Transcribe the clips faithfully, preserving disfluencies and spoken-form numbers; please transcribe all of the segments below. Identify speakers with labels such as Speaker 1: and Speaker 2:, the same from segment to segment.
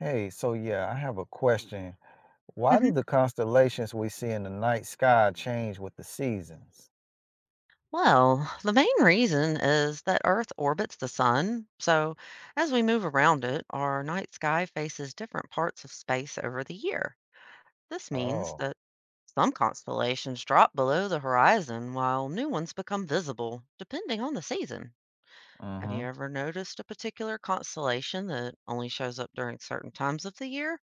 Speaker 1: Hey, so yeah, I have a question. Why do
Speaker 2: Mhm.
Speaker 1: the constellations we see in the night sky change with the seasons?
Speaker 2: Well, the main reason is that Earth orbits the sun, so as we move around it, our night sky faces different parts of space over the year. This means
Speaker 1: Oh,
Speaker 2: that some constellations drop below the horizon while new ones become visible, depending on the season. Have
Speaker 1: mm-hmm.
Speaker 2: you ever noticed a particular constellation that only shows up during certain times of the year?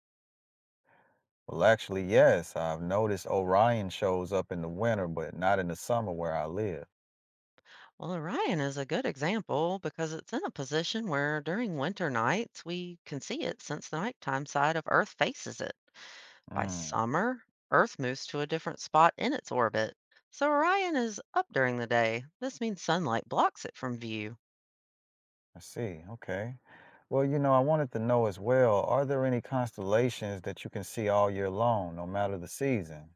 Speaker 1: Well, actually, yes, I've noticed Orion shows up in the winter, but not in the summer where I live.
Speaker 2: Well, Orion is a good example because it's in a position where during winter nights we can see it since the nighttime side of Earth faces it. By
Speaker 1: Mm,
Speaker 2: summer, Earth moves to a different spot in its orbit. So Orion is up during the day. This means sunlight blocks it from view.
Speaker 1: I see. Okay. Well, you know, I wanted to know as well, are there any constellations that you can see all year long, no matter the season?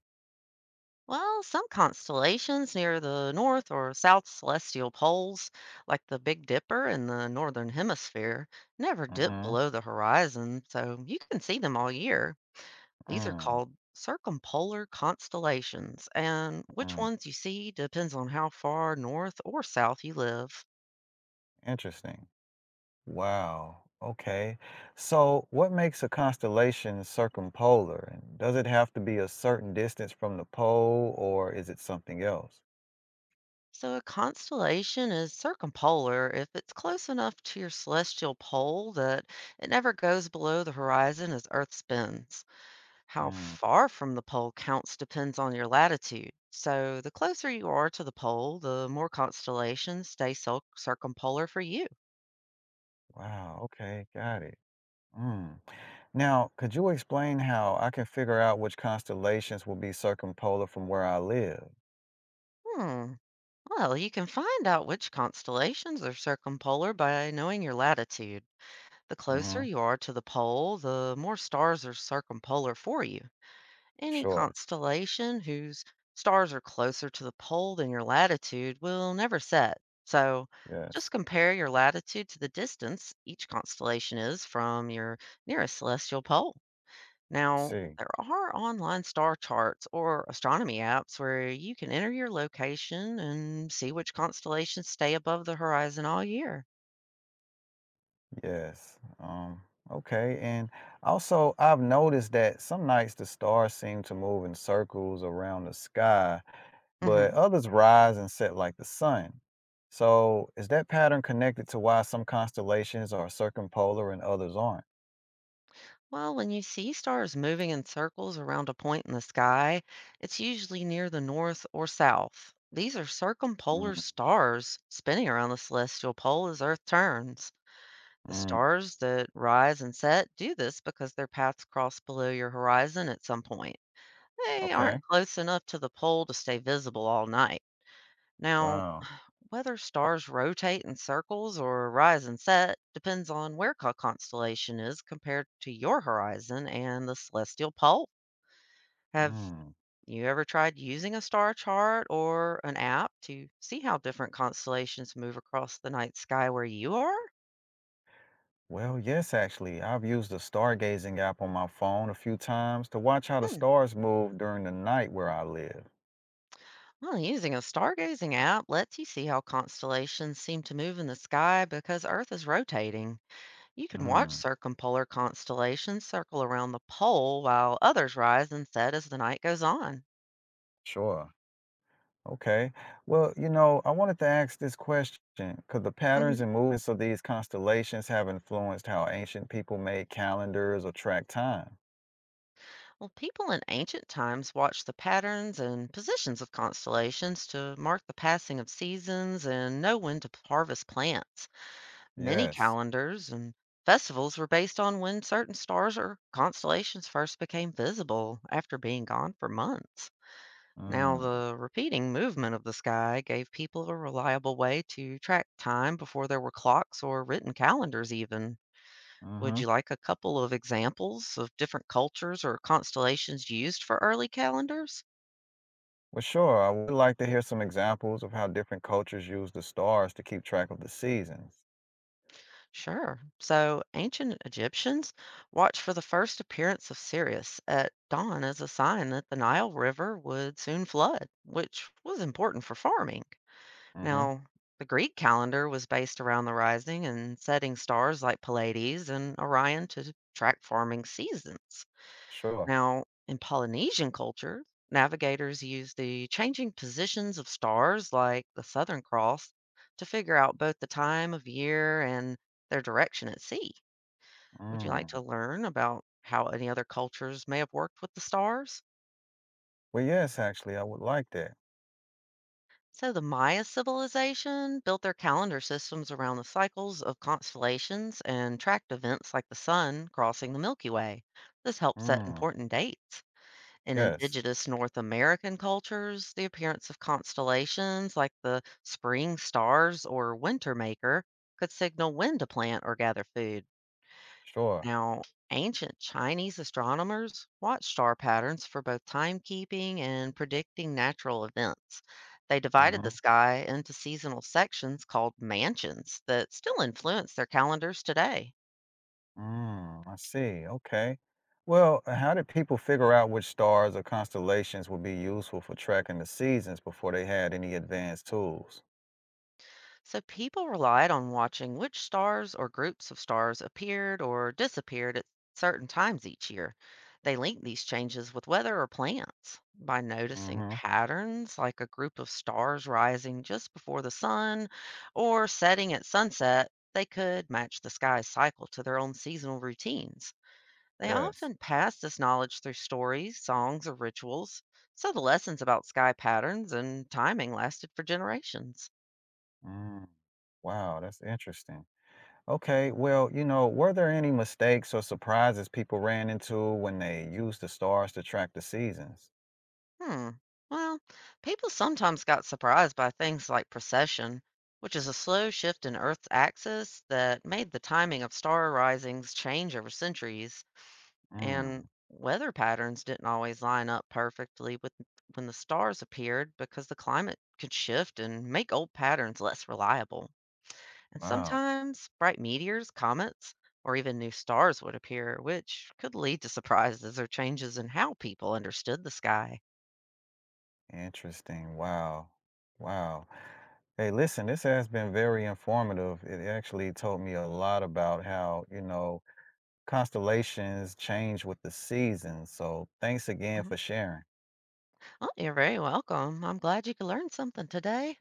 Speaker 2: Well, some constellations near the north or south celestial poles, like the Big Dipper in the northern hemisphere, never dip
Speaker 1: Mm-hmm.
Speaker 2: below the horizon, so you can see them all year. These are
Speaker 1: Mm,
Speaker 2: called circumpolar constellations, and which
Speaker 1: mm.
Speaker 2: ones you see depends on how far north or south you live.
Speaker 1: Interesting. Wow. Okay. So, what makes a constellation circumpolar? And does it have to be a certain distance from the pole or is it something else?
Speaker 2: So, a constellation is circumpolar if it's close enough to your celestial pole that it never goes below the horizon as Earth spins. How
Speaker 1: Mm,
Speaker 2: far from the pole counts depends on your latitude. So, the closer you are to the pole, the more constellations stay cir- circumpolar for you.
Speaker 1: wow. Okay. Got it. Mm. Now, could you explain how I can figure out which constellations will be circumpolar from where I live?
Speaker 2: Hmm. Well, you can find out which constellations are circumpolar by knowing your latitude. The closer
Speaker 1: Mm-hmm.
Speaker 2: you are to the pole, the more stars are circumpolar for you. Any
Speaker 1: Sure.
Speaker 2: constellation whose stars are closer to the pole than your latitude will never set. So
Speaker 1: Yes.
Speaker 2: just compare your latitude to the distance each constellation is from your nearest celestial pole. Now,
Speaker 1: See.
Speaker 2: there are online star charts or astronomy apps where you can enter your location and see which constellations stay above the horizon all year.
Speaker 1: Yes. Um, okay. And also, I've noticed that some nights the stars seem to move in circles around the sky but
Speaker 2: Hmm.
Speaker 1: others rise and set like the sun. So, is that pattern connected to why some constellations are circumpolar and others aren't?
Speaker 2: Well, when you see stars moving in circles around a point in the sky, it's usually near the north or south. These are circumpolar
Speaker 1: Mm,
Speaker 2: stars spinning around the celestial pole as Earth turns. The
Speaker 1: mm,
Speaker 2: stars that rise and set do this because their paths cross below your horizon at some point. They aren't
Speaker 1: okay.
Speaker 2: close enough to the pole to stay visible all night. Now,
Speaker 1: Wow.
Speaker 2: whether stars rotate in circles or rise and set depends on where co- constellation is compared to your horizon and the celestial pole. Have
Speaker 1: Mm.
Speaker 2: you ever tried using a star chart or an app to see how different constellations move across the night sky where you are?
Speaker 1: Well, yes, actually. I've used the stargazing app on my phone a few times to watch how the
Speaker 2: Hmm.
Speaker 1: stars move during the night where I live.
Speaker 2: Well, using a stargazing app lets you see how constellations seem to move in the sky because Earth is rotating. You can watch
Speaker 1: Mm,
Speaker 2: circumpolar constellations circle around the pole while others rise and set as the night goes on.
Speaker 1: sure. Okay. Well, you know, I wanted to ask this question. Could the patterns
Speaker 2: Hmm.
Speaker 1: and movements of these constellations have influenced how ancient people made calendars or track time?
Speaker 2: Well, people in ancient times watched the patterns and positions of constellations to mark the passing of seasons and know when to p- harvest plants. Many
Speaker 1: Yes.
Speaker 2: calendars and festivals were based on when certain stars or constellations first became visible after being gone for months. Now,
Speaker 1: Mm,
Speaker 2: the repeating movement of the sky gave people a reliable way to track time before there were clocks or written calendars, even. Would
Speaker 1: hmm.
Speaker 2: you like a couple of examples of different cultures or constellations used for early calendars?
Speaker 1: Well, sure. I would like to hear some examples of how different cultures use the stars to keep track of the seasons.
Speaker 2: Sure. So, ancient Egyptians watched for the first appearance of Sirius at dawn as a sign that the Nile River would soon flood, which was important for farming.
Speaker 1: Hmm.
Speaker 2: Now, the Greek calendar was based around the rising and setting stars like Pleiades and Orion to track farming seasons.
Speaker 1: Sure.
Speaker 2: Now, in Polynesian culture, navigators used the changing positions of stars like the Southern Cross to figure out both the time of year and their direction at sea. Would you like to
Speaker 1: Mm.
Speaker 2: learn about how any other cultures may have worked with the stars?
Speaker 1: Well, yes, actually, I would like that.
Speaker 2: So the Maya civilization built their calendar systems around the cycles of constellations and tracked events like the sun crossing the Milky Way. This helped set
Speaker 1: Mm.
Speaker 2: important dates. In
Speaker 1: Yes,
Speaker 2: indigenous North American cultures, the appearance of constellations like the spring stars or winter maker could signal when to plant or gather food.
Speaker 1: sure.
Speaker 2: Now, ancient Chinese astronomers watched star patterns for both timekeeping and predicting natural events. They divided the
Speaker 1: Hmm.
Speaker 2: sky into seasonal sections called mansions that still influence their calendars today.
Speaker 1: Mm, I see. Okay. Well, uh, how did people figure out which stars or constellations would be useful for tracking the seasons before they had any advanced tools?
Speaker 2: So people relied on watching which stars or groups of stars appeared or disappeared at certain times each year. They linked these changes with weather or plants by noticing
Speaker 1: Mm-hmm.
Speaker 2: patterns like a group of stars rising just before the sun or setting at sunset. They could match the sky's cycle to their own seasonal routines. They
Speaker 1: Yes.
Speaker 2: often passed this knowledge through stories, songs, or rituals, so the lessons about sky patterns and timing lasted for generations.
Speaker 1: Mm. Wow, that's interesting. Okay, well, you know, were there any mistakes or surprises people ran into when they used the stars to track the seasons?
Speaker 2: Hmm. Well, people sometimes got surprised by things like precession, which is a slow shift in Earth's axis that made the timing of star risings change over centuries, and
Speaker 1: Mm,
Speaker 2: weather patterns didn't always line up perfectly with when the stars appeared because the climate could shift and make old patterns less reliable. And
Speaker 1: wow.
Speaker 2: sometimes bright meteors, comets, or even new stars would appear, which could lead to surprises or changes in how people understood the sky.
Speaker 1: Interesting. Wow. Wow. Hey, listen, this has been very informative. It actually told me a lot about how, you know, constellations change with the seasons. So thanks again for sharing.
Speaker 2: Oh, you're very welcome. I'm glad you could learn something today.